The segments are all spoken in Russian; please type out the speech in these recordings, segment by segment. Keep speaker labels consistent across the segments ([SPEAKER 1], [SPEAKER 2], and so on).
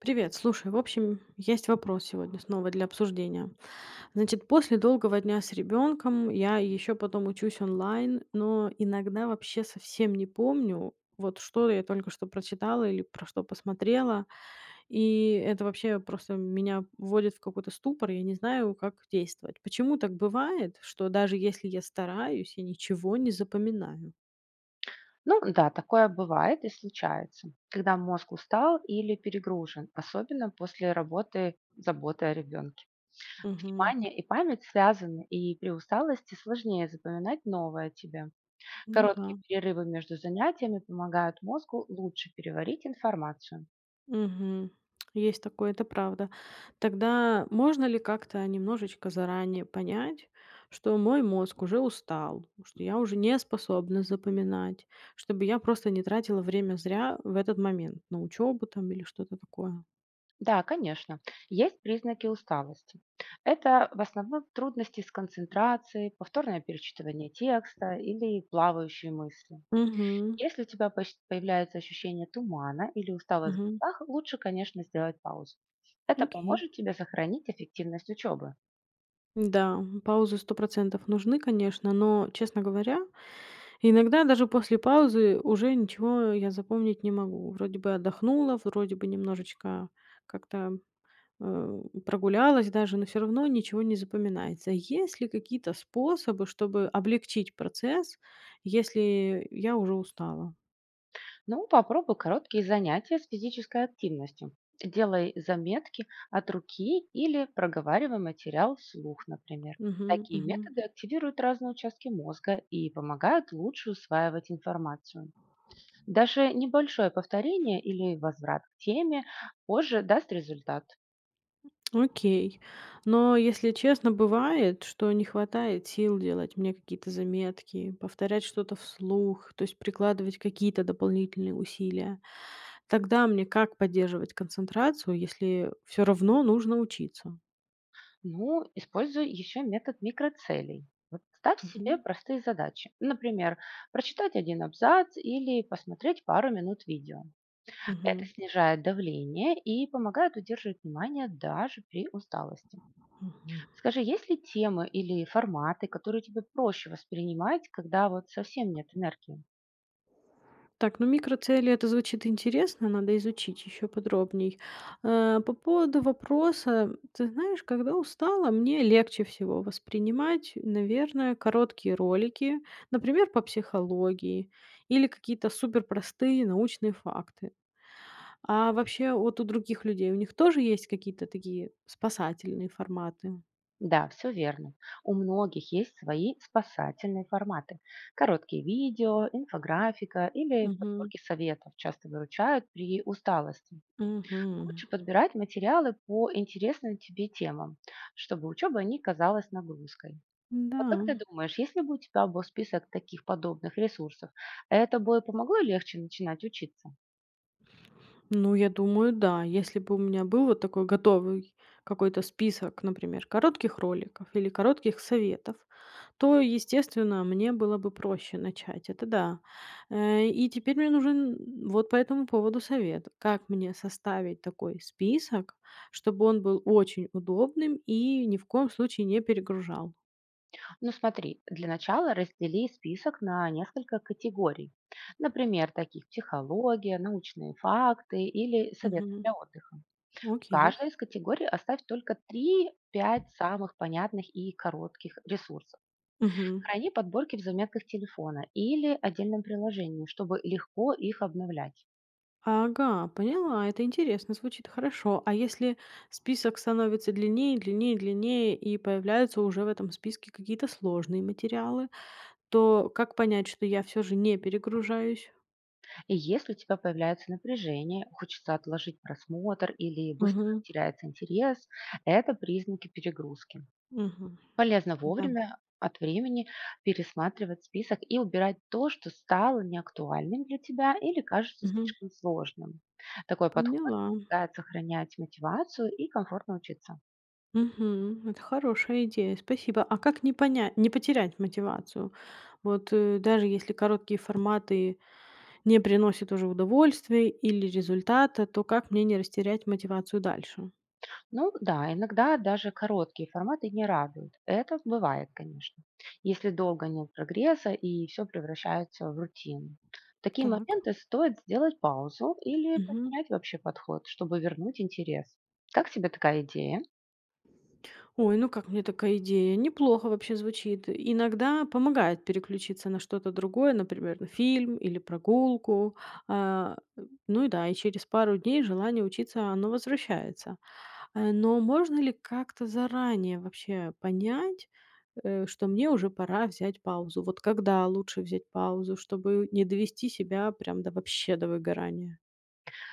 [SPEAKER 1] Привет, слушай, в общем, есть вопрос сегодня снова для обсуждения. Значит, после долгого дня с ребенком я еще потом учусь онлайн, но иногда вообще совсем не помню, вот что я только что прочитала или про что посмотрела, и это вообще просто меня вводит в какой-то ступор, я не знаю, как действовать. Почему так бывает, что даже если я стараюсь, я ничего не запоминаю?
[SPEAKER 2] Ну да, такое бывает и случается, когда мозг устал или перегружен, особенно после работы, заботы о ребенке.
[SPEAKER 1] Мгм.
[SPEAKER 2] Внимание и память связаны, и при усталости сложнее запоминать новое тебе.
[SPEAKER 1] Ну да.
[SPEAKER 2] Короткие перерывы между занятиями помогают мозгу лучше переварить информацию.
[SPEAKER 1] Мгм. Есть такое, это правда. Тогда можно ли как-то немножечко заранее понять, что мой мозг уже устал, что я уже не способна запоминать, чтобы я просто не тратила время зря в этот момент на учебу там или что-то такое?
[SPEAKER 2] Да, конечно, есть признаки усталости. Это в основном трудности с концентрацией, повторное перечитывание текста или плавающие мысли.
[SPEAKER 1] Мгм.
[SPEAKER 2] Если у тебя появляется ощущение тумана или усталость в
[SPEAKER 1] Мгм.
[SPEAKER 2] глазах, лучше, конечно, сделать паузу. Это
[SPEAKER 1] Окей.
[SPEAKER 2] поможет тебе сохранить эффективность учебы.
[SPEAKER 1] Да, паузы 100% нужны, конечно, но, честно говоря, иногда даже после паузы уже ничего я запомнить не могу. Вроде бы отдохнула, вроде бы немножечко как-то прогулялась даже, но все равно ничего не запоминается. Есть ли какие-то способы, чтобы облегчить процесс, если я уже устала?
[SPEAKER 2] Ну, попробуй короткие занятия с физической активностью. Делай заметки от руки или проговаривай материал вслух, например.
[SPEAKER 1] Мгм,
[SPEAKER 2] Такие
[SPEAKER 1] мгм.
[SPEAKER 2] методы активируют разные участки мозга и помогают лучше усваивать информацию. Даже небольшое повторение или возврат к теме позже даст результат.
[SPEAKER 1] Окей. Но, если честно, бывает, что не хватает сил делать мне какие-то заметки, повторять что-то вслух, то есть прикладывать какие-то дополнительные усилия. Тогда мне как поддерживать концентрацию, если все равно нужно учиться?
[SPEAKER 2] Ну, используй еще метод микроцелей. Вот ставь себе
[SPEAKER 1] Мгм,
[SPEAKER 2] простые задачи. Например, прочитать один абзац или посмотреть пару минут видео. Это
[SPEAKER 1] мгм,
[SPEAKER 2] снижает давление и помогает удерживать внимание даже при усталости.
[SPEAKER 1] мгм.
[SPEAKER 2] Скажи, есть ли темы или форматы, которые тебе проще воспринимать, когда вот совсем нет энергии?
[SPEAKER 1] Так, ну микроцели- это звучит интересно, надо изучить еще подробней. По поводу вопроса, ты знаешь, когда устала, мне легче всего воспринимать, наверное, короткие ролики, например, по психологии или какие-то суперпростые научные факты. А вообще вот у других людей, у них тоже есть какие-то такие спасательные форматы?
[SPEAKER 2] Да, все верно. У многих есть свои спасательные форматы. Короткие видео, инфографика или
[SPEAKER 1] Мгм.
[SPEAKER 2] подборки советов часто выручают при усталости.
[SPEAKER 1] Мгм.
[SPEAKER 2] Лучше подбирать материалы по интересным тебе темам, чтобы учеба не казалась нагрузкой.
[SPEAKER 1] Да.
[SPEAKER 2] Вот как ты думаешь, если бы у тебя был список таких подобных ресурсов, это бы помогло легче начинать учиться?
[SPEAKER 1] Ну, я думаю, да. Если бы у меня был вот такой готовый какой-то список, например, коротких роликов или коротких советов, то, естественно, мне было бы проще начать. Это да. И теперь мне нужен вот по этому поводу совет. Как мне составить такой список, чтобы он был очень удобным и ни в коем случае не перегружал?
[SPEAKER 2] Ну смотри, для начала раздели список на несколько категорий. Например, таких психология, научные факты или советы
[SPEAKER 1] Мгм.
[SPEAKER 2] для отдыха. В каждой
[SPEAKER 1] Окей.
[SPEAKER 2] из категорий оставь только три-пять самых понятных и коротких ресурсов.
[SPEAKER 1] Мгм.
[SPEAKER 2] Храни подборки в заметках телефона или отдельном приложении, чтобы легко их обновлять.
[SPEAKER 1] Ага, поняла. Это интересно, звучит хорошо. А если список становится длиннее, длиннее, длиннее, и появляются уже в этом списке какие-то сложные материалы, то как понять, что я все же не перегружаюсь?
[SPEAKER 2] И если у тебя появляется напряжение, хочется отложить просмотр или быстро
[SPEAKER 1] Мгм.
[SPEAKER 2] теряется интерес, это признаки перегрузки.
[SPEAKER 1] Мгм.
[SPEAKER 2] Полезно
[SPEAKER 1] Да.
[SPEAKER 2] вовремя от времени пересматривать список и убирать то, что стало неактуальным для тебя или кажется
[SPEAKER 1] Мгм.
[SPEAKER 2] слишком сложным. Такой подход
[SPEAKER 1] Поняла.
[SPEAKER 2] помогает сохранять мотивацию и комфортно учиться.
[SPEAKER 1] Мгм. Это хорошая идея. Спасибо. А как не понять, не потерять мотивацию? Вот даже если короткие форматы не приносят уже удовольствия или результата, то как мне не растерять мотивацию дальше?
[SPEAKER 2] Ну да, иногда даже короткие форматы не радуют. Это бывает, конечно, если долго нет прогресса и все превращается в рутину. В такие
[SPEAKER 1] Так.
[SPEAKER 2] моменты стоит сделать паузу или
[SPEAKER 1] Мгм.
[SPEAKER 2] поменять вообще подход, чтобы вернуть интерес. Как тебе такая идея?
[SPEAKER 1] Ой, ну как мне такая идея? Неплохо вообще звучит. Иногда помогает переключиться на что-то другое, например, на фильм или прогулку. А, ну и да, и через пару дней желание учиться, оно возвращается. Но можно ли как-то заранее вообще понять, что мне уже пора взять паузу? Вот когда лучше взять паузу, чтобы не довести себя прям до вообще до выгорания?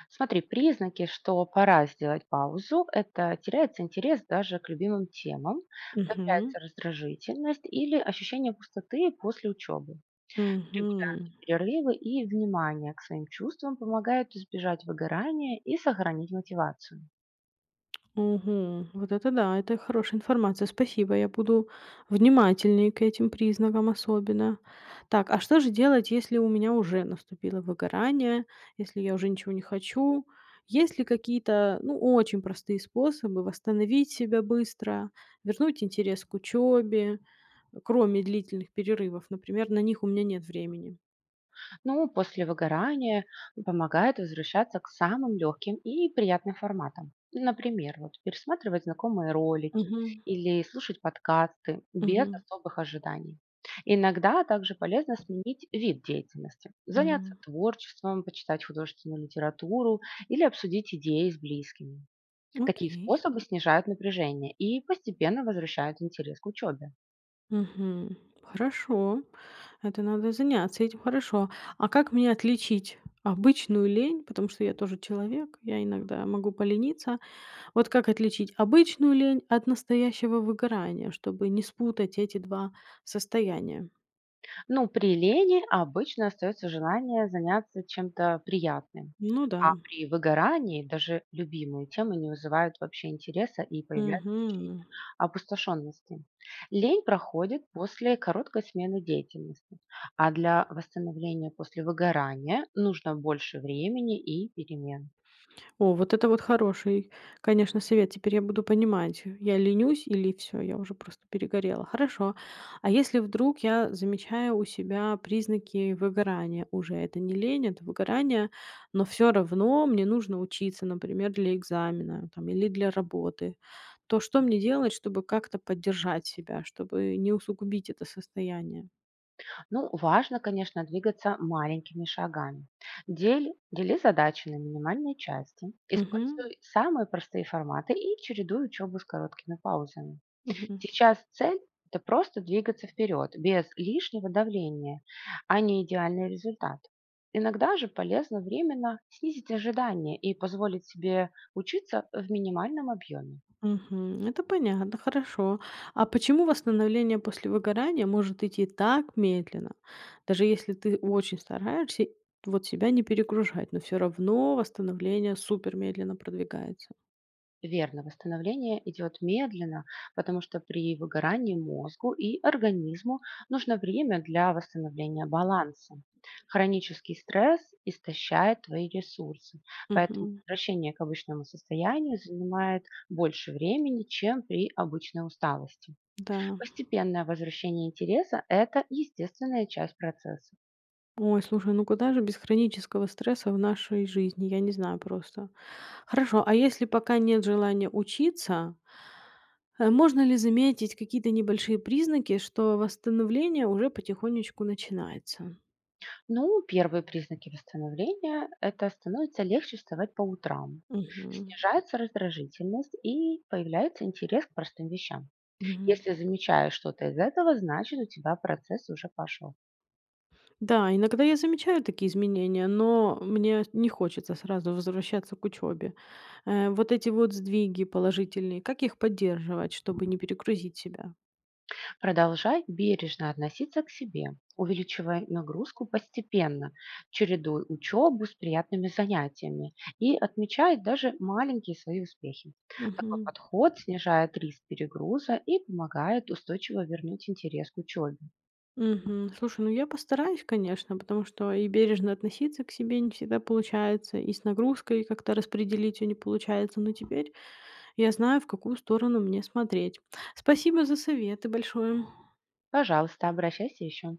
[SPEAKER 2] Смотри, признаки, что пора сделать паузу, это теряется интерес даже к любимым темам,
[SPEAKER 1] Угу.
[SPEAKER 2] появляется раздражительность или ощущение пустоты после учебы. Регулярные
[SPEAKER 1] Угу.
[SPEAKER 2] перерывы и внимание к своим чувствам помогают избежать выгорания и сохранить мотивацию.
[SPEAKER 1] Мгм. Вот это да, это хорошая информация. Спасибо. Я буду внимательнее к этим признакам особенно. Так, а что же делать, если у меня уже наступило выгорание, если я уже ничего не хочу? Есть ли какие-то, ну, очень простые способы восстановить себя быстро, вернуть интерес к учебе, кроме длительных перерывов? Например, на них у меня нет времени.
[SPEAKER 2] Ну, после выгорания помогает возвращаться к самым легким и приятным форматам. Например, вот пересматривать знакомые ролики
[SPEAKER 1] Мгм.
[SPEAKER 2] или слушать подкасты без
[SPEAKER 1] Мгм.
[SPEAKER 2] особых ожиданий. Иногда также полезно сменить вид деятельности, заняться
[SPEAKER 1] Мгм.
[SPEAKER 2] творчеством, почитать художественную литературу или обсудить идеи с близкими. Такие
[SPEAKER 1] Окей.
[SPEAKER 2] способы снижают напряжение и постепенно возвращают интерес к учебе.
[SPEAKER 1] Мгм. Хорошо. Это надо заняться этим, хорошо. А как мне отличить обычную лень, потому что я тоже человек, я иногда могу полениться. Вот как отличить обычную лень от настоящего выгорания, чтобы не спутать эти 2 состояния?
[SPEAKER 2] Ну, при лени обычно остается желание заняться чем-то приятным,
[SPEAKER 1] Ну да.
[SPEAKER 2] а при выгорании даже любимые темы не вызывают вообще интереса и появляется ощущение
[SPEAKER 1] Мгм.
[SPEAKER 2] опустошенности. Лень проходит после короткой смены деятельности, а для восстановления после выгорания нужно больше времени и перемен.
[SPEAKER 1] О, вот это вот хороший, конечно, совет. Теперь я буду понимать, я ленюсь или все? Я уже просто перегорела. Хорошо. А если вдруг я замечаю у себя признаки выгорания, уже это не лень, это выгорание, но все равно мне нужно учиться, например, для экзамена там или для работы, то что мне делать, чтобы как-то поддержать себя, чтобы не усугубить это состояние?
[SPEAKER 2] Ну, важно, конечно, двигаться маленькими шагами. Дели задачи на минимальные части,
[SPEAKER 1] Мгм.
[SPEAKER 2] используй самые простые форматы и чередуй учебу с короткими паузами. Сейчас цель — это просто двигаться вперед, без лишнего давления, а не идеальный результат. Иногда же полезно временно снизить ожидания и позволить себе учиться в минимальном объеме.
[SPEAKER 1] Мгм. Это понятно, хорошо. А почему восстановление после выгорания может идти так медленно? Даже если ты очень стараешься вот себя не перегружать, но все равно восстановление супер медленно продвигается.
[SPEAKER 2] Верно, восстановление идет медленно, потому что при выгорании мозгу и организму нужно время для восстановления баланса. Хронический стресс истощает твои ресурсы, поэтому
[SPEAKER 1] Мгм.
[SPEAKER 2] возвращение к обычному состоянию занимает больше времени, чем при обычной усталости.
[SPEAKER 1] Да.
[SPEAKER 2] Постепенное возвращение интереса — это естественная часть процесса.
[SPEAKER 1] Ой, слушай, ну куда же без хронического стресса в нашей жизни? Я не знаю просто. Хорошо, а если пока нет желания учиться, можно ли заметить какие-то небольшие признаки, что восстановление уже потихонечку начинается?
[SPEAKER 2] Ну, первые признаки восстановления — это становится легче вставать по утрам,
[SPEAKER 1] Мгм.
[SPEAKER 2] снижается раздражительность и появляется интерес к простым вещам.
[SPEAKER 1] Мгм.
[SPEAKER 2] Если замечаешь что-то из этого, значит у тебя процесс уже пошел.
[SPEAKER 1] Да, иногда я замечаю такие изменения, но мне не хочется сразу возвращаться к учебе. Вот эти вот сдвиги положительные, как их поддерживать, чтобы не перегрузить себя?
[SPEAKER 2] Продолжай бережно относиться к себе, увеличивая нагрузку постепенно, чередуй учебу с приятными занятиями и отмечай даже маленькие свои успехи. Такой
[SPEAKER 1] Мгм.
[SPEAKER 2] подход снижает риск перегруза и помогает устойчиво вернуть интерес к учебе.
[SPEAKER 1] Мгм. Слушай, ну я постараюсь, конечно, потому что и бережно относиться к себе не всегда получается, и с нагрузкой как-то распределить ее не получается. Но теперь я знаю, в какую сторону мне смотреть. Спасибо за советы большое.
[SPEAKER 2] Пожалуйста, обращайся еще.